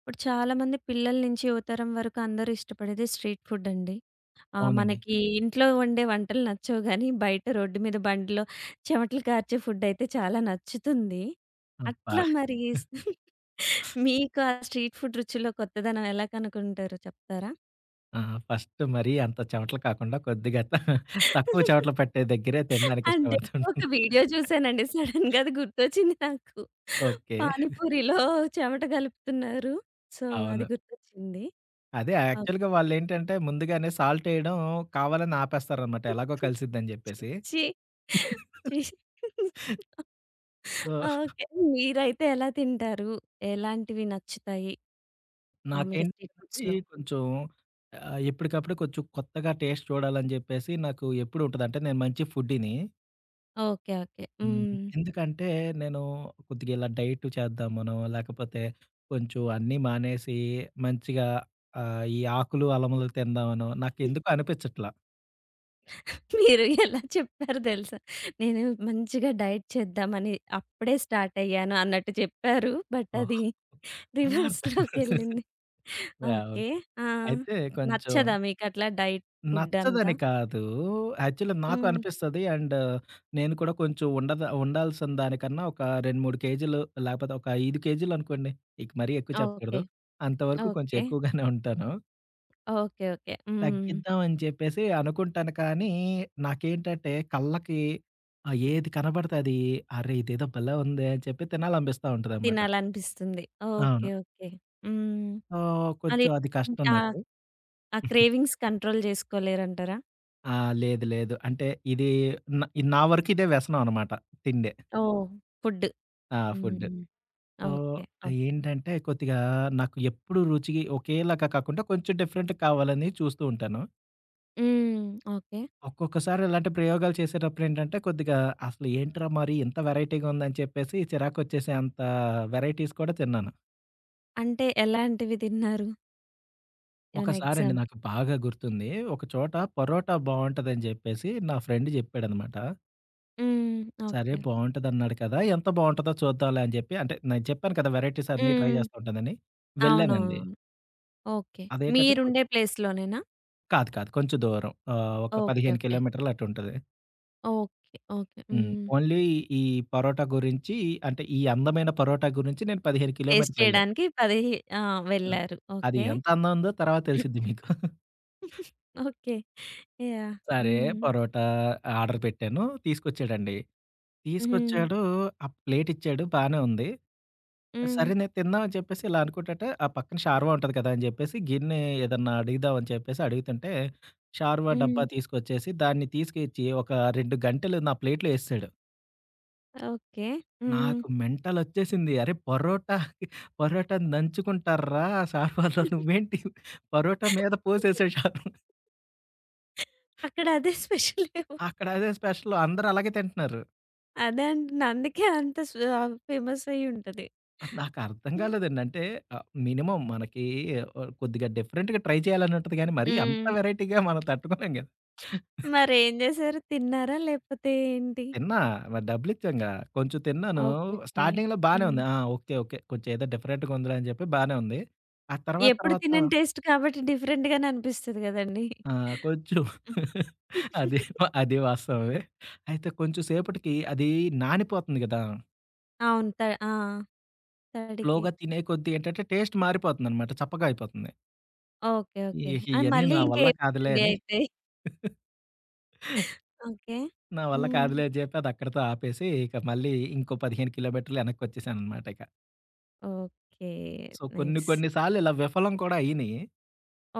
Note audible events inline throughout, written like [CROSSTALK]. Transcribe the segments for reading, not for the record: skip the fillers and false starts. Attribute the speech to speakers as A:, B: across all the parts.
A: ఇప్పుడు చాలామంది పిల్లల నుంచి యువతరం వరకు అందరూ ఇష్టపడేది స్ట్రీట్ ఫుడ్ అండి.
B: అవునండి.
A: మనకి ఇంట్లో వండే వంటలు నచ్చవు గానీ, బయట రోడ్డు మీద బండిలో చెమటలు కార్చే ఫుడ్ అయితే చాలా నచ్చుతుంది.
B: అబ్బా!
A: అట్లా మరి [LAUGHS] స్ మీకు ఆ స్ట్రీట్ ఫుడ్ రుచుల్లో కొత్తదనం ఎలా కనుకుంటారో చెప్తారా?
B: ఆ! ఫస్ట్ మరీ అంత చెమటలు కాకుండా కొద్దిగా త తక్కువ చెమటలు
A: [LAUGHS]
B: పట్టే దగ్గరే తినడానికి
A: అంటే ఒక
B: ఇష్టపడుతుంటా.
A: వీడియో చూసానండి. సడెన్‌గా అది గుర్తొచ్చింది నాకు.
B: ఓకే.
A: పానీపూరిలో చెమట కలుపుతున్నారు. సో, అది
B: అవును.
A: గుర్తొచ్చింది.
B: అదే
A: ఓకే.
B: యాక్చువల్‌గా వాళ్ళేంటంటే ముందుగానే సాల్ట్ ఎయడం కావాలని ఆపేస్తారనమాట. ఎలాగో కలిసిద్దని జెప్పేసి.
A: ఛీ! ఛీ!
B: So,
A: okay. మీరైతే ఎలా తింటారు? ఎలాంటివి నచ్చుతాయి మామూలుగా స్ట్రీట్
B: నాకేంటంటే
A: ఫుడ్స్‌లో?
B: కొంచెం ఎప్పటికప్పుడు కొంచెం కొత్తగా టేస్ట్ చూడాలని జెప్పేసి నాకు ఎప్పుడు ఉంటది. అంటే నేను మంచి ఫుడ్డీని.
A: ఓకే. ఓకే.
B: హ్మ్.
A: హ్మ్.
B: ఎందుకంటే నేను కొద్దిగా ఇలా డైట్ చేద్దామనో, లేకపోతే కొంచెం అన్నీ మానేసి మంచిగా ఈ ఆకులు, అలములు తిందామనో నాకెందుకో అనిపించట్లా.
A: మీరు ఎలా చెప్పారు తెలుసా? నేను మంచిగా డైట్ చేద్దామని అప్పుడే స్టార్ట్ అయ్యాను అన్నట్టు చెప్పారు. But
B: oh!
A: అది
B: అలా అర్థమైంది.
A: రివర్స్‌లోకెళ్ళింది.
B: యాహ్!
A: ఓకే.
B: ఓకే.
A: ఆ!
B: అయితే కొంచెం
A: నచ్చదా మీకట్లా డైట్ ఫుడ్ అంతా?
B: నచ్చదని కాదు. యాక్చువల్లీ నాకు
A: హ్మ్.
B: అనిపిస్తది. అండ్ నేను కూడా కొంచెం ఉండాల్సిన దానికన్నా ఒక 2, 3 కేజీలు లేకపోతే ఒక 5 కేజీలు అనుకోండి. ఇక మరీ ఎక్కువ
A: ఓకే.
B: చెప్పకూడదు. అంతవరకు కొంచెం
A: ఓకే.
B: ఎక్కువగానే ఉంటాను.
A: ఓకే. ఓకే. హ్మ్.
B: తగ్గిద్దాం అని చెప్పేసి అనుకుంటాను కానీ, నాకేంటంటే కళ్ళకి ఏది కనబడితే అది అరే! ఇదేదో భలే ఉందే అని చెప్పి తినాలనిపిస్తా ఉంటదనమాట.
A: తినాలనిపిస్తుంది. ఓకే.
B: అవును.
A: ఓకే. హ్మ్. అది
B: కొంచెం అది కష్టం
A: ఆ!
B: నాకు.
A: ఆ క్రేవింగ్స్ కంట్రోల్ జేసుకోలేరంటారా?
B: ఆ! లేదు లేదు. అంటే ఇది న నా వరకు ఇదే వ్యసనం అనమాట. తిండే.
A: ఓహ్! ఫుడ్.
B: ఆ! Food.
A: Hmm.
B: So,
A: okay. Okay.
B: ఏంటంటే కొద్దిగా నాకు ఎప్పుడు రుచి ఒకేలాగా కాకుండా కొంచెం డిఫరెంట్ కావాలని చూస్తూ ఉంటాను.
A: హ్మ్. ఓకే.
B: ఒక్కొక్కసారి ఇలాంటి ప్రయోగాలు చేసేటప్పుడేంటంటే, కొద్దిగా అసలు ఏంట్రా మరి ఇంత వెరైటీగా ఉందని చెప్పేసి చిరాకొచ్చేసే అంత వెరైటీస్ కూడా తిన్నాను.
A: అంటే ఎలాంటివి తిన్నారు? ఏమైనా
B: ఒకసారండి
A: ఎగ్జాంపుల్?
B: నాకు బాగా గుర్తుంది. ఒక చోట పరోటా బావుంటదని జెప్పేసి నా ఫ్రెండ్ జెప్పాడనమాట.
A: హ్మ్.
B: సరే
A: ఓకే.
B: బావుంటదన్నాడు కదా! ఎంత బావుంటదో చూద్దాంలే అని జెప్పి అంటే నేను చెప్పాను కదా! వెరైటీస్ అన్నీ ట్రై
A: హ్మ్.
B: చేస్తూ ఉంటానని. వెళ్ళానండి.
A: అవునవును. ఓకే.
B: అదేంటంటే
A: మీరుండే
B: కొంచెం
A: ప్లేస్‌లోనేనా?
B: కాదు కాదు. కొంచెం దూరం. ఒక
A: ఓకే.
B: 15
A: ఓకే.
B: కిలోమీటర్లు అటుంటది.
A: ఓకే. ఓకే.
B: హ్మ్.
A: హ్మ్.
B: ఓన్లీ ఈ పరోటా గురించి అంటే ఈ అందమైన పరోటా గురించి నేను 15
A: టేస్ట్
B: కిలోమీటర్లెళ్ళా.
A: చేయడానికి పది ఆ!
B: హ్మ్.
A: వెళ్లారు.
B: అది
A: ఓకే.
B: ఎంత అందం ఉందో తర్వాత తెలిసిద్ది మీకు.
A: ఓకే. యాహ్!
B: సరే
A: హ్మ్.
B: పరోటా ఆర్డర్ పెట్టాను. తీసుకొచ్చాడండి.
A: హ్మ్.
B: తీసుకొచ్చాడు. ఆ ప్లేట్ ఇచ్చాడు. బానే ఉంది.
A: హ్మ్.
B: సరే నేను తిందాం అని చెప్పేసి ఇలా అనుకుంటుంటే ఆ పక్కన షార్వా ఉంటది కదా! అని చెప్పేసి గిన్నె ఏదన్నా అడుగుదాం అని చెప్పేసి అడుగుతుంటే షార్వా డబ్బా
A: హ్మ్.
B: తీసుకొచ్చేసి దాన్ని తీసుకొచ్చి ఒక 2 గంటెలు నా ప్లేట్‌లో యేసేసాడు.
A: ఓకే. హ్మ్.
B: నాకు మెంటలొచ్చేసింది. అరే! పరోటాని దంచుకుంటార్రా షార్మాలో నువ్వేంటి పరోటా మీద పోసేసావు షార్మా.
A: అక్కడ అదే స్పెషలేమో.
B: అక్కడ అదే స్పెషల్ అందరూ అలాగే తింటున్నారు.
A: అదే అంటున్నా. అందుకే అంత ఫేమస్ అయ్యుంటది.
B: నాకర్థం
A: హ్మ్.
B: కాలేదండి. అంటే మినిమమ్ మనకి కొద్దిగా డిఫరెంట్‌గా ట్రై చేయాలని ఉంటది గానీ, మరీ అంత
A: హ్మ్.
B: వెరైటీగా మనం తట్టుకోలేం కదా!
A: మరేం జేశారు? తిన్నారా? లేపోతే ఏంటి?
B: తిన్నా మరి డబ్బులిచ్చాంగా. కొంచెం తిన్నాను.
A: ఓకే. ఓకే.
B: స్టార్టింగ్‌లో బానే
A: హ్మ్.
B: ఉంది. ఆ! ఓకే. ఓకే. కొంచెం ఏదో డిఫరెంట్‌గా ఉందిలే అని చెప్పి బానే ఉంది. ఆ తర్వాత
A: ఎప్పుడు
B: తర్వాత
A: తినని టేస్ట్ కాబట్టి డిఫరెంట్ గానే అనిపిస్తది గదండీ!
B: ఆ! కొంచెం
A: హ్మ్.
B: అది వాస్తవమే. అయితే కొంచెం సేపటికి అది నానిపోతుంది గదా!
A: అవును. ఆ! తడికి.
B: స్లోగా తినే కొద్దీ ఏంటంటే టేస్ట్ మారిపోతుందనమాట. చప్పగా అయిపోతుంది.
A: ఓకే. ఓకే.
B: ఇహ
A: అండ్
B: ఇయన్నీ
A: మళ్ళీ
B: నా వల్ల కాదులే
A: ఇంకేముందండి
B: అని
A: అయితే? ఓకే.
B: నా వల్ల
A: హ్మ్.
B: కాదులే అని జెప్పి అది అక్కడితో ఆపేసి ఇక మళ్ళీ ఇంకో 15 కిలోమీటర్లు వెనక్కొచ్చేసాననమాట ఇక.
A: ఓకే.
B: సో, కొన్ని
A: నైస్.
B: కొన్ని సార్లు ఇలా విఫలం కూడా అయినియి.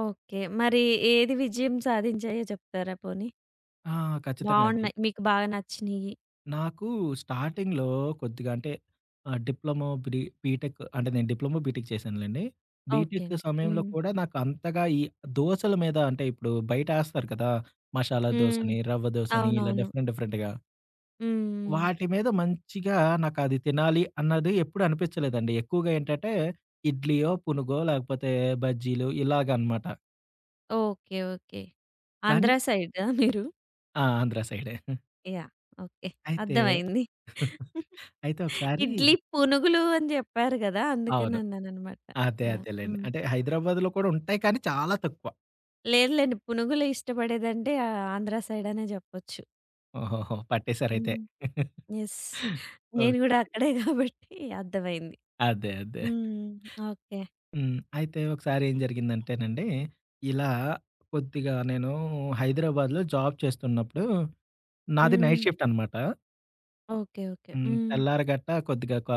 A: ఓకే. మరి ఏది విజయం సాధించాయో చెప్తారా పోనీ?
B: ఆ! ఖచ్చితంగా అండి.
A: బావున్నాయి. మీకు బాగా నచ్చినియి.
B: నాకు స్టార్టింగ్‌లో కొద్దిగా అంటే ఆహ్, డిప్లొమో బీ బీటెక్ అంటే నేను డిప్లొమో బీటెక్ చేశానులెండి.
A: ఓకే
B: బీటెక్
A: అండి.
B: సమయంలో
A: హ్మ్.
B: కూడా నాకు అంతగా ఈ దోసల మీద అంటే ఇప్పుడు బయట ఏస్తారు కదా! మసాలా
A: హ్మ్.
B: దోసని, రవ్వ దోసని ఇలా
A: అవునవును.
B: డిఫరెంట్ డిఫరెంట్‌గా.
A: హ్మ్. హ్మ్.
B: వాటి మీద మంచిగా నాకది తినాలి అన్నది ఎప్పుడు అనిపించలేదండి. ఎక్కువగా ఏంటంటే ఇడ్లీయో, పునుగో లేకపోతే బజ్జీలు ఇలాగనమాట.
A: ఓకే. ఓకే.
B: కానీ
A: ఆంధ్ర సైడా మీరు?
B: ఆ! ఆంధ్ర సైడే.
A: యాహ్! ఓకే.
B: అయితే
A: అర్థమైంది.
B: అయితే ఒకసారి
A: ఇడ్లీ పునుగులు అని జెప్పారు గదా! అందుకని
B: అవును.
A: అన్నాననమాట.
B: అదే.
A: యాహ్!
B: అదేలెండి.
A: హ్మ్.
B: అంటే హైదరాబాద్‌లో కూడా ఉంటాయి కానీ చాలా తక్కువ.
A: లేదులెండి. పునుగులు ఇష్టపడేదంటే ఆంధ్ర సైడ్ అనే జెప్పొచ్చు.
B: ఓహోహో! పట్టేసారయితే.
A: హ్మ్. యెస్.
B: ఓహ్!
A: నేను గూడా అక్కడే గాబట్టి అర్థమైంది.
B: అదే. అదే.
A: హ్మ్. ఓకే.
B: హ్మ్. అయితే ఒకసారి ఏం జరిగిందంటేనండి, ఇలా కొద్దిగా నేను హైదరాబాద్‌లో జాబ్ చేస్తున్నప్పుడు నాది
A: హ్మ్.
B: నైట్ షిఫ్ట్ అనమాట.
A: ఓకే. ఓకే.
B: హ్మ్.
A: హ్మ్.
B: తెల్లారగట్ట కొద్దిగా ఒక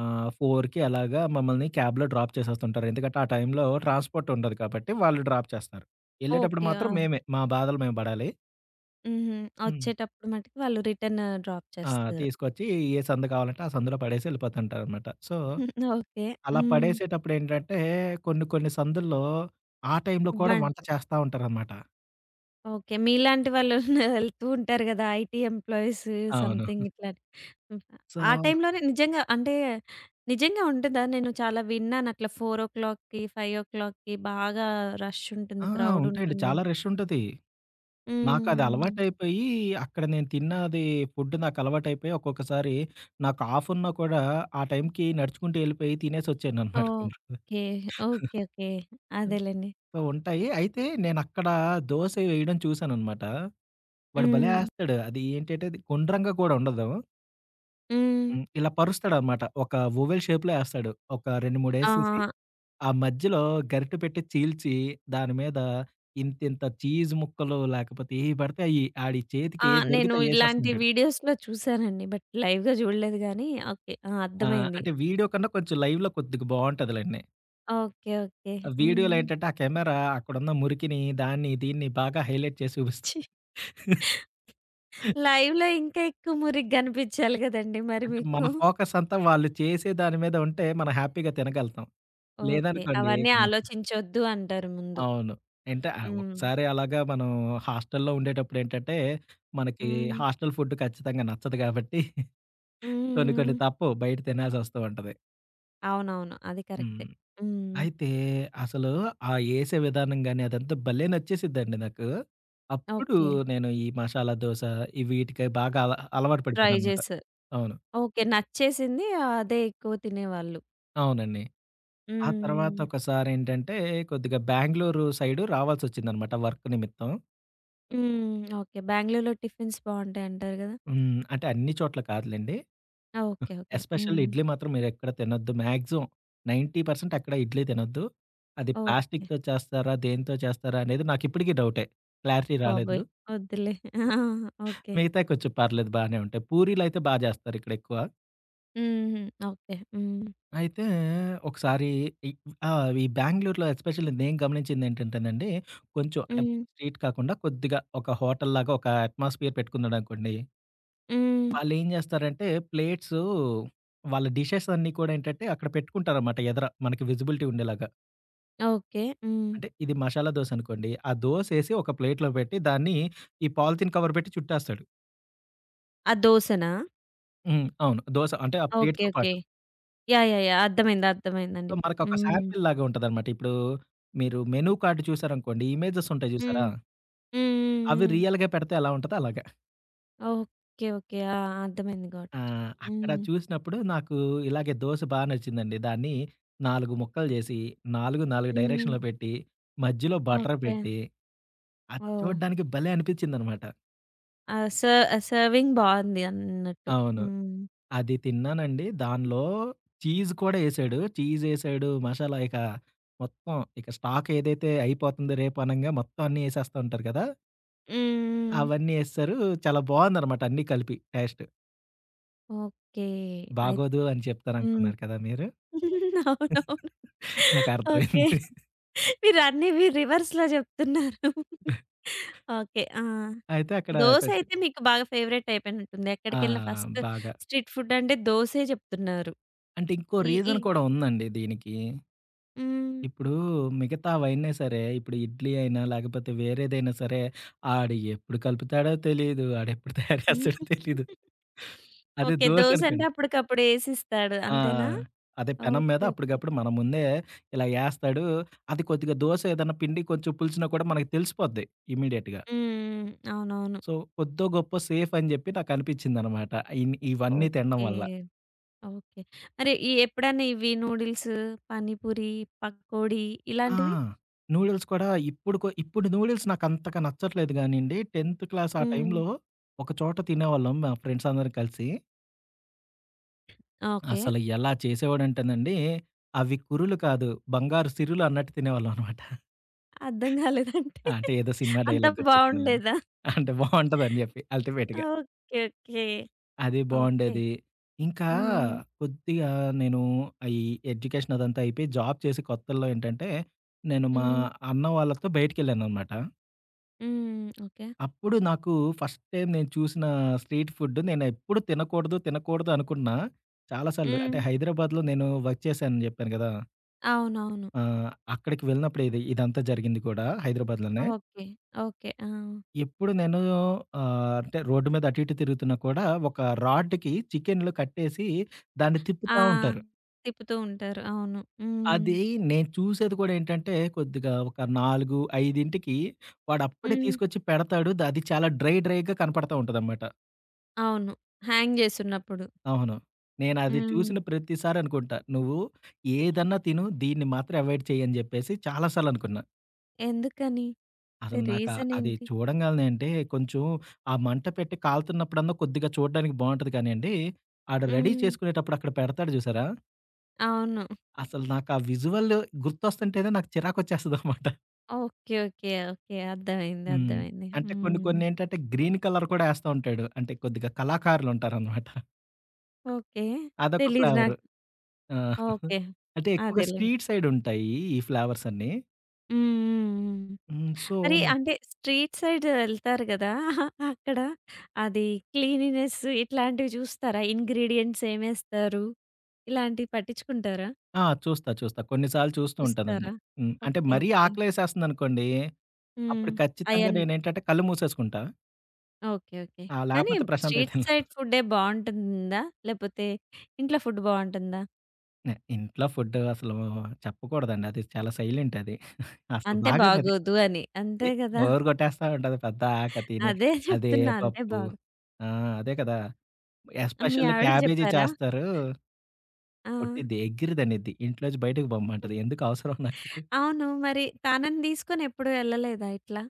B: 4కి అలాగా మమ్మల్ని క్యాబ్‌లో డ్రాప్ చేసేస్తుంటారు. ఎందుకంటే ఆ టైంలో ట్రాన్స్‌పోర్ట్ ఉండదు కాబట్టి వాళ్ళు డ్రాప్ చేస్తారు. ఎళ్ళేటప్పుడు
A: ఓకే.
B: మాత్రం
A: ఆ!
B: మేమే. మా బాధలు మేము పడాలి.
A: హుహు.
B: హ్మ్.
A: వచ్చేటప్పుడు మటికి వాళ్ళు రిటర్న్ డ్రాప్
B: ఆ!
A: చేస్తారు.
B: తీసుకొచ్చి ఏ సందు కావాలంటే ఆ సందులో పడేసి వెళ్ళిపోతుంటారనమాట. So,
A: okay.
B: అలా
A: హ్మ్.
B: పడేసేటప్పుడు ఏంటంటే కొన్ని కొన్ని సందుల్లో ఆ టైంలో కూడా
A: బన్
B: వంట చేస్తా ఉంటారనమాట.
A: ఓకే. మీలాంటి వాళ్ళు [LAUGHS] వెళ్తూ ఉంటారు గదా! ఐటీ ఎంప్లాయీస్
B: అవును.
A: సంథింగ్ ఇట్లా. హ్మ్.
B: సో
A: ఆ టైంలోనే నిజంగా అంటే నిజంగా ఉంటదా? నేను చాలా విన్నాను అట్లా 4:00కి, 5:00కి బాగా రష్ ఉంటుంది.
B: ఆ!
A: క్రౌడ్
B: ఉంటాయండి. చాలా
A: ఉంటుందని.
B: రష్ ఉంటది. నాకది
A: హ్మ్.
B: అలవాటయిపోయి అక్కడ నేను తిన్నది ఫుడ్ నాకు అలవాటయిపోయి ఒక్కొక్కసారి నాకు ఆఫ్ ఉన్నా కూడా ఆ టైంకి నడుచుకుంటూ వెళ్ళిపోయి తినేసొచ్చాననమాట కొన్ని రోజులు.
A: ఓకే. ఓకే. ఓకే. అదేలెండి.
B: సో, ఉంటాయి. అయితే నేనక్కడ దోస వేయడం చూసాననమాట. వాడు భలే
A: హ్మ్.
B: ఏస్తాడు. అది ఏంటంటే అది గుండ్రంగా కూడా ఉండదు.
A: హ్మ్.
B: హ్మ్. ఇలా పరుస్తాడనమాట. ఒక ఓవెల్ షేప్‌లో ఏస్తాడు. ఒక 2, 3
A: ఆ!
B: ఏసేసి, ఆ మధ్యలో గరిటె పెట్టి చీల్చి, దాని మీద ఇంతింత చీజ్ ముక్కలు లేకపోతే ఏయి పడితే అయి ఆడి చేతికి
A: ఆ!
B: ఏది
A: నేను
B: దొరికితే
A: ఇలాంటి
B: అయ్యేసేస్తుంటాడు.
A: వీడియోస్‌లో చూసానండి. బట్ లైవ్‌గా చూడలేదు గానీ ఓకే. ఆ!
B: ఆ!
A: అర్థమైంది.
B: అంటే వీడియో కన్నా కొంచెం లైవ్‌లో కొద్దిగా బావుంటదిలెండి.
A: ఓకే. ఓకే.
B: వీడియోలో
A: హ్మ్.
B: ఏంటంటే ఆ కెమెరా అక్కడున్న మురికిని, దాన్ని, దీన్ని బాగా హైలైట్ చేసి చూపిస్తుంది.
A: ఛీ! లైవ్‌లో ఇంకా ఎక్కువ మురిగ్గా అనిపించాలి గదండీ మరి
B: అంటే మన
A: మీకు.
B: ఫోకస్ అంతా వాళ్ళు చేసే దాని మీద ఉంటే మనం హ్యాపీగా తినగలుగుతాం.
A: ఓకే.
B: లేదనుకోండి
A: అవన్నీ
B: ఇక మ
A: ఆలోచించొద్దు అంటారు ముందు.
B: అవును. అంటే
A: హ్మ్.
B: ఒకసారి అలాగా మనం హాస్టల్‌లో ఉండేటప్పుడేంటంటే, మనకి
A: హ్మ్.
B: హాస్టల్ ఫుడ్ ఖచ్చితంగా నచ్చదు కాబట్టి కొన్ని కొన్ని
A: హ్మ్.
B: తప్పవు. బయట తినాల్సొస్తూ ఉంటది.
A: అవునవును. అది
B: హ్మ్.
A: కరెక్టే. హ్మ్.
B: అయితే అసలు ఆ ఏసే విధానం గాని అదంతా భలే నచ్చేసిద్దండి నాకు. అప్పుడు
A: ఓకే.
B: నేను ఈ మసాలా దోస ఈ వీటికి బాగా అలవాటు
A: ట్రై
B: పడిపోయాననమాట.
A: చేశారు.
B: అవును.
A: ఓకే. నచ్చేసింది. అదే ఎక్కువ తినేవాళ్ళు.
B: అవునండి. ఆ తర్వాత
A: హ్మ్.
B: ఒకసారేంటంటే కొద్దిగా బెంగుళూరు సైడు రావాల్సొచ్చిందనమాట వర్క్ నిమిత్తం.
A: హ్మ్. ఓకే. బెంగుళూరులో టిఫిన్స్ బావుంటాయంటారు గదా!
B: హ్మ్. అంటే అన్ని చోట్ల కాదులెండి.
A: ఓకే. ఓకే.
B: ఎస్పెషల్లీ
A: హ్మ్.
B: ఇడ్లీ మాత్రం మీరెక్కడ తినొద్దు. మాక్సిమం 90% అక్కడ ఇడ్లీ తినొద్దు. అది
A: ఓకే.
B: ప్లాస్టిక్‌తో చేస్తారా? దేనితో చేస్తారా? అనేది నాకిప్పటికి డౌటే. క్లారిటీ రాలేదు.
A: బాబోయ్! వద్దులే. ఆ! ఓకే.
B: మిగతాయి కొంచెం పర్లేదు బానే ఉంటాయి. పూరీలయితే బా చేస్తారు ఇక్కడెక్కువ.
A: హుహు. ఓకే. హ్మ్.
B: అయితే ఒకసారి ఇ ఆ! ఈ బెంగుళూరులో ఎస్పెషల్లీ నేను గమనించిందేంటంటేనండి, కొంచెం అంటే
A: హ్మ్.
B: స్ట్రీట్ కాకుండా కొద్దిగా ఒక హోటల్‌లాగా ఒక అట్మాస్ఫియర్ పెట్టుకున్నాడనుకోండి.
A: హ్మ్.
B: వాళ్ళేం చేస్తారంటే ప్లేట్సు వాళ్ళ డిషెస్ అన్నీ కూడా ఏంటంటే అక్కడ పెట్టుకుంటారనమాట ఎదర మనకి విజిబిలిటీ ఉండేలాగా.
A: ఓకే. హ్మ్.
B: అంటే ఇది మసాలా దోస అనుకోండి. ఆ దోసేసి ఒక ప్లేట్‌లో పెట్టి దాన్ని ఈ పాలిథీన్ కవర్ పెట్టి చుట్టేస్తాడు.
A: ఆ దోసనా?
B: హ్మ్. అవును. దోస అంటే ఆ
A: ఓకే.
B: ప్లేట్‌తో
A: ఓకే.
B: పాటు.
A: యాహ్! యాహ్! యాహ్! అర్థమైంది.
B: సో,
A: అర్థమైందండి ఇప్పుడు.
B: మనకొక
A: హ్మ్.
B: శాంపిల్ లాగా ఉంటదనమాట. ఇప్పుడు మీరు మెనూ కార్డ్ చూసారనుకోండి ఇమేజెస్ ఉంటాయి చూసారా?
A: హ్మ్. హ్మ్. హ్మ్.
B: అవి
A: హ్మ్.
B: రియల్‌గా పెడితే ఎలా ఉంటదో అలాగా.
A: ఓకే. ఓకే. ఆ! అర్థమైంది గాట్.
B: ఆ!
A: ఇట్.
B: అక్కడ
A: హ్మ్.
B: చూసినప్పుడు నాకు ఇలాగే దోస బా నచ్చిందండి. దాన్ని 4 ముక్కలు చేసి 4, 4
A: హ్మ్.
B: డైరెక్షన్‌లో పెట్టి మధ్యలో బటర్
A: ఓకే.
B: పెట్టి అది
A: ఓహ్!
B: చూడడానికి భలే అనిపించిందనమాట.
A: ఆ! సర్వింగ్ బావుంది అన్నట్టు.
B: అవును.
A: హ్మ్.
B: అది తిన్నానండి. దానిలో చీజ్ కూడా ఏసాడు. చీజ్ ఏసాడు, మసాలా ఇక మొత్తం ఇక స్టాక్ ఏదైతే అయిపోతుందో రేపు అనంగా మొత్తం అన్నీ ఏసేస్తా ఉంటారు కదా!
A: హ్మ్.
B: అవన్నీ ఏసేసారు. చాలా బావుందనమాట అన్నీ కలిపి టేస్ట్.
A: ఓకే. అయి
B: బాగోదు అని
A: హ్మ్.
B: చెప్తారనుకున్నారు కదా మీరు.
A: [LAUGHS] అవునవును. ఓకే.
B: నాకర్థమైంది.
A: మీరు అన్నీ మీరు రివర్స్‌లో జెప్తున్నారు. ఓకే. ఆ!
B: అయితే అక్కడ
A: దోస
B: కొంచెం
A: అయితే మీకు బాగా ఫేవరెట్ అయిపోయినట్టుంది.
B: ఆ!
A: ఎక్కడికెళ్ళిన ఫస్ట్
B: బాగా.
A: స్ట్రీట్ ఫుడ్ అంటే దోసే జెప్తున్నారు.
B: అంటే ఇంకో
A: ఈ ఈ
B: రీజన్ కూడా ఉందండి దీనికి.
A: హ్మ్.
B: ఇప్పుడు మిగతావైనా సరే, ఇప్పుడు ఇడ్లీ అయినా, లేకపోతే వేరేదైనా సరే, ఆడు ఎప్పుడు కలుపుతాడో తెలీదు. ఆడెప్పుడు తయారు చేస్తాడో తెలీదు. అదే
A: ఓకే.
B: దోస
A: దోస అంటే
B: అనుకోండి.
A: అప్పటికప్పుడు ఏసిస్తాడు
B: ఆ!
A: అంతేనా?
B: అదే పెనం మీద
A: ఓకే. ఓకే.
B: అప్పటికప్పుడు మన ముందే ఇలా ఏస్తాడు. అది కొద్దిగా దోస ఏదన్నా పిండి కొంచెం పులిసినా కూడా మనకు తెలిసిపోద్ది ఇమ్మీడియేట్‌గా.
A: హ్మ్. అవునవును.
B: సో, కొద్దో గొప్పో సేఫ్ అని జెప్పి నాకనిపిచ్చిందనమాట. ఇవన్నీ తినడం
A: ఓకే.
B: వల్ల.
A: ఓకే. మరి ఈ ఎప్పుడన్నా ఇవి నూడిల్స్, పానీపూరి, పకోడీ
B: ఆ!
A: ఇలాంటివి?
B: నూడిల్స్ కూడా ఇప్పుడు నూడిల్స్ నాకంతగా నచ్చట్లేదు గానండి. 10థ్ క్లాస్ ఆ
A: హ్మ్.
B: టైంలో ఒక చోట తినేవాళ్ళం మా ఫ్రెండ్స్ అందరం కలిసి.
A: ఓకే.
B: అసలు ఎలా చేసేవాడంటేనండి, అవి కురులు కాదు బంగారు సిరులు అన్నట్టు తినేవాళ్ళం అనమాట.
A: అర్థం గాలేదంటే?
B: అంటే ఏదో సినిమా
A: అంత
B: డైలాగ్ గుర్తొచ్చిందిలెండి.
A: బావుండేదా?
B: అంటే బావుంటదని జెప్పి అల్టిమేట్‌గా.
A: ఓకే. ఓకే.
B: అది
A: ఓకే.
B: బావుండేది. ఇంకా
A: హ్మ్.
B: కొద్దిగా నేను ఈ ఎడ్యుకేషన్ అదంతా అయిపోయి జాబ్ చేసే కొత్తల్లో ఏంటంటే, నేను మా
A: హ్మ్.
B: అన్న వాళ్ళతో బయటికెళ్ళాననమాట.
A: హ్మ్. ఓకే.
B: అప్పుడు నాకు ఫస్ట్ టైమ్ నేను చూసిన స్ట్రీట్ ఫుడ్ నేనెప్పుడు తినకూడదు, తినకూడదు అనుకున్నా. చాలా సార్లు అంటే
A: హ్మ్.
B: హైదరాబాద్‌లో నేను వర్క్ చేశానని జెప్పాను గదా!
A: అవునవును.
B: ఆహ్, అక్కడికి వెళ్ళినప్పుడు ఇదంతా జరిగింది కూడా హైదరాబాద్‌లోనే.
A: ఓకే. ఓకే. ఆ!
B: ఎప్పుడు నేను అంటే రోడ్డు మీద అటు, ఇటు తిరుగుతున్నా కూడా ఒక రాడ్‌కి చికెన్‌లు కట్టేసి దాన్ని
A: ఆ!
B: తిప్పుతా ఉంటారు.
A: తిప్పుతూ ఉంటారు. అవును. హ్మ్.
B: అది నేను చూసేది కూడా ఏంటంటే కొద్దిగా ఒక 4, 5కి వాడప్పుడే
A: హ్మ్.
B: తీసుకొచ్చి పెడతాడు. అది చాలా డ్రైగా కనపడతా ఉంటదన్నమాట.
A: అవును. హ్యాంగ్ జేసున్నప్పుడు.
B: అవును. నేనది
A: హ్మ్.
B: చూసిన ప్రతిసారి అనుకుంటా. నువ్వు ఏదన్నా తిను, దీన్ని మాత్రం అవాయిడ్ చెయ్యి అని జెప్పేసి చాలా సార్లు అనుకున్నా.
A: ఎందుకని? అంటే
B: అసలు నాకా
A: రీజన్
B: అది
A: ఏంటి?
B: చూడంగాలనే అంటే కొంచెం ఆ మంట పెట్టి కాలుతున్నప్పుడన్నా కొద్దిగా చూడడానికి బావుంటది కానియండి, ఆడు రెడీ
A: హ్మ్.
B: చేసుకునేటప్పుడు అక్కడ పెడతాడు జూసారా?
A: అవును.
B: అసలు నాకా విజువల్ గుర్తొస్తుంటేనే నాకు చిరాకొచ్చేస్తదనమాట.
A: ఓకే. ఓకే. ఓకే. అర్థమైంది.
B: హ్మ్.
A: అర్థమైంది.
B: అంటే కొన్ని
A: హ్మ్.
B: కొన్నేంటంటే గ్రీన్ కలర్ కూడా ఏస్తా ఉంటాడు. అంటే కొద్దిగా కళాకారులుంటారనమాట.
A: ఓకే.
B: అదొక
A: తెలీదు
B: ఫ్లేవరు.
A: నాకు.
B: ఆ!
A: ఓకే.
B: అంటే ఎక్కువగా
A: అదేలెండి.
B: స్ట్రీట్ సైడుంటాయి ఈ ఫ్లేవర్సన్నీ.
A: హ్మ్. హ్మ్. హ్మ్.
B: హ్మ్. సో,
A: మరి
B: నే
A: అంటే స్ట్రీట్ సైడ్ ఎళ్తారు గదా! అక్కడ అది క్లీనినెస్ ఇట్లాంటివి చూస్తారా? ఇంగ్రీడియెంట్స్ ఏమేస్తారు? ఇలాంటివి పట్టించుకుంటారా?
B: ఆ! చూస్తా. చూస్తా. కొన్ని సార్లు చూస్తూ ఉంటానండి.
A: చూస్తారా?
B: హ్మ్. అంటే
A: ఓకే.
B: మరీ
A: ఓకే.
B: ఆకలేసేస్తుందనుకోండి,
A: హ్మ్.
B: అప్పుడు ఖచ్చితంగా
A: అయన్
B: నేనేంటంటే కళ్ళు మూసేసుకుంటా.
A: ఓకే. ఓకే.
B: ఆ!
A: కానీ
B: లేకపోతే ప్రశాంతంగా
A: స్ట్రీట్
B: తినలేను.
A: సైడ్ ఫుడ్డే బావుంటుందా? లేపోతే ఇంట్లో ఫుడ్ బావుంటుందా?
B: ఇంట్లో ఫుడ్ అసలు చెప్పకూడదండి. అది చాలా సైలెంట్ అది. అసలు
A: అంతే
B: బాగోదది.
A: బాగోదు అని.
B: తి
A: అంతే గదా!
B: బోర్ కొట్టేస్తా ఉంటది పద్దాక తిని.
A: అదే
B: అదే
A: చెప్తున్నా. అంతే
B: పప్పు. ఆ! అదే కదా!
A: మీ
B: ఎస్పెషల్లీ
A: ఆవిడకి
B: క్యాబేజీ
A: జెప్పారా?
B: చేస్తారు.
A: ఆ!
B: కొట్టిద్ది. ఎగిరిదనిద్ది. ఇంట్లోంచి బయటకు పొమ్మంటది. ఎందుకు అవసరం నాకు?
A: అవును. మరి తనని తీసుకొని ఎప్పుడు ఎళ్ళలేదా ఇట్లా?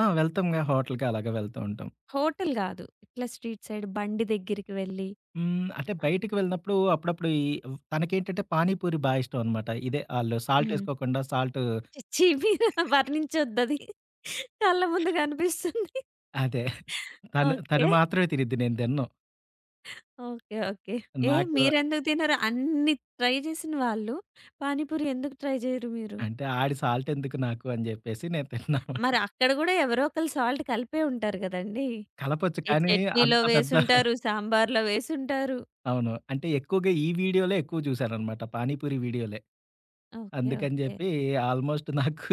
B: ఆ! వెళ్తాంగా హోటల్‌కి అలాగా వెళ్తూ ఉంటాం.
A: హోటల్ గాదు. ఇట్లా స్ట్రీట్ సైడ్ బండి దగ్గరికి వెళ్ళి
B: హ్మ్. అంటే బయటికి వెళ్ళినప్పుడు అప్పుడప్పుడు ఈ తనకేంటంటే పానీపూరి బా ఇష్టం అనమాట. ఇదే ఆళ్ళు సాల్ట్
A: హ్మ్.
B: ఏసుకోకుండా సాల్ట్
A: ఛీ! మీరు వర్ణించొద్దది. కళ్ళ ముందు కనిపిస్తుంది.
B: అదే [LAUGHS] తను తను
A: ఓకే.
B: మాత్రమే తినిద్ది. నేను తినను.
A: ఓకే. ఓకే. ఏ
B: నాకు
A: మీరెందుకు తినరు? అన్ని ట్రై చేసిన వాళ్ళు పానీపూరి ఎందుకు ట్రై చేయరు మీరు?
B: అంటే ఆడి సాల్ట్ ఎందుకు నాకు అని జెప్పేసి నేను తినను.
A: మరి అక్కడ గూడా ఎవరో ఒకళ్ళు సాల్ట్ కలిపే ఉంటారు గదండీ!
B: కలపొచ్చు
A: ఏ
B: కానీ
A: చట్నీలో
B: అంత పెద్ద
A: వేసుంటారు, సాంబార్‌లో వేసుంటారు.
B: అవును. అంటే ఎక్కువగా ఈ వీడియోలే ఎక్కువ జూసాననమాట. పానీపూరి వీడియోలే.
A: ఓకే.
B: అందుకని
A: ఓకే.
B: జెప్పి ఆల్మోస్ట్ నాకు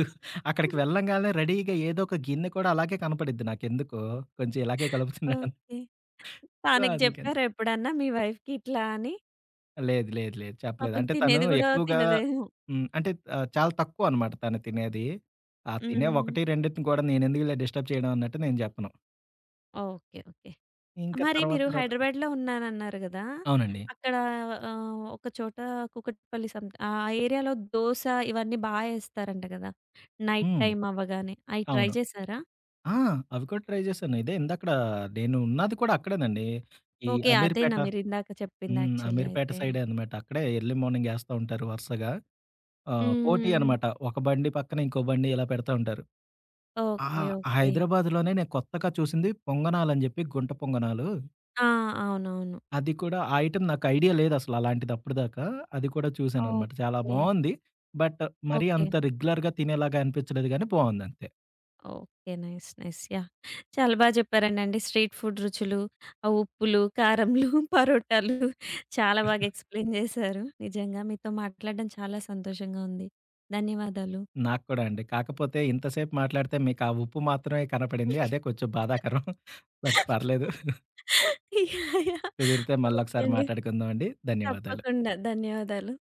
B: అక్కడికి వెళ్ళంగాల్నే రెడీగా ఏదో ఒక గిన్నె కూడా అలాగే కనపడిద్ది నాకెందుకో. కొంచెం ఇలాగే కలుపుతున్నాడని.
A: ఓకే.
B: సో,
A: తనకి
B: అందుకని.
A: జెప్పారా ఎప్పుడన్నా మీ వైఫ్‌కి ఇట్లా అని?
B: లేదు. లేదు. లేదు. చెప్పలేదు.
A: పాపం
B: అంటే తను
A: తినేది గూడా
B: ఎక్కువగా
A: తినదేమో.
B: హ్మ్. అంటే చాలా తక్కువనమాట తను తినేది. ఆ తినే
A: హ్మ్.
B: 1, 2 కూడా నేనెందుకులే డిస్టర్బ్ చేయడం అన్నట్టు నేను జెప్పను.
A: ఓకే. ఓకే.
B: ఇంకా
A: మరి
B: తర్వాత
A: మీరు
B: తర్వాత
A: హైదరాబాద్‌లో ఉన్నానన్నారు గదా!
B: అవునండి.
A: అక్కడ ఒక చోట కూకట్పల్లి సమ్ ఆ ఏరియాలో దోస ఇవన్నీ బా ఏస్తారంట గదా! నైట్
B: హ్మ్.
A: టైమ్ అవ్వగానే. అయి ట్రై
B: అవును.
A: చేసారా?
B: ఆ! అవి కూడా ట్రై జేశాను. ఇదే ఇందాకడ నేను ఉన్నది కూడా అక్కడేనండి. ఈ
A: ఓకే.
B: అమీర్పేట
A: అదేనా మీరిందాక చెప్పింది
B: హ్మ్.
A: యాక్చువల్లీ
B: అమీర్పేట
A: అయితే.
B: సైడే అనమాట. అక్కడే ఎర్లీ మార్నింగ్ యేస్తా ఉంటారు వరుసగా. పోటీ
A: హ్మ్.
B: అనమాట. ఒక బండి పక్కన ఇంకో బండి ఇలా పెడతా ఉంటారు. ఆ!
A: ఓకే. ఓకే.
B: హైదరాబాద్‌లోనే నేను కొత్తగా చూసింది పొంగనాలని జెప్పి గుంట పొంగనాలు
A: ఆ! అవునవును.
B: అది కూడా ఆ ఐటెమ్ నాకు ఐడియా లేదసల అలాంటిది అప్పటిదాకా. అది కూడా చూసాననమాట. చాలా
A: ఓకే.
B: బావుంది. బట్ మరీ
A: ఓకే.
B: అంత రెగ్యులర్‌గా తినేలాగా అనిపించలేదు గానీ బావుందంతే.
A: ఓకే. నైస్. నైస్. యాహ్! చాలా బా చెప్పారండండి. స్ట్రీట్ ఫుడ్ రుచులు, ఆ ఉప్పులు, కారంలు, [LAUGHS] పరోటాలు చాలా బాగా ఎక్స్‌ప్లెయిన్ చేశారు. నిజంగా మీతో మాట్లాడడం చాలా సంతోషంగా ఉంది. ధన్యవాదాలు.
B: నాకు కూడా అండి. కాకపోతే ఇంతసేపు మాట్లాడితే మీకు ఆ ఉప్పు మాత్రమే కనపడింది. అదే కొంచెం బాధాకరం. బట్ పర్లేదు.
A: [LAUGHS] యాహ్! యాహ్!
B: కుదిరితే
A: ఓకే
B: మళ్ళొకసారి
A: అండి.
B: మాట్లాడుకుందాం అండి. ధన్యవాదాలు.
A: తప్పకుండా. ధన్యవాదాలు.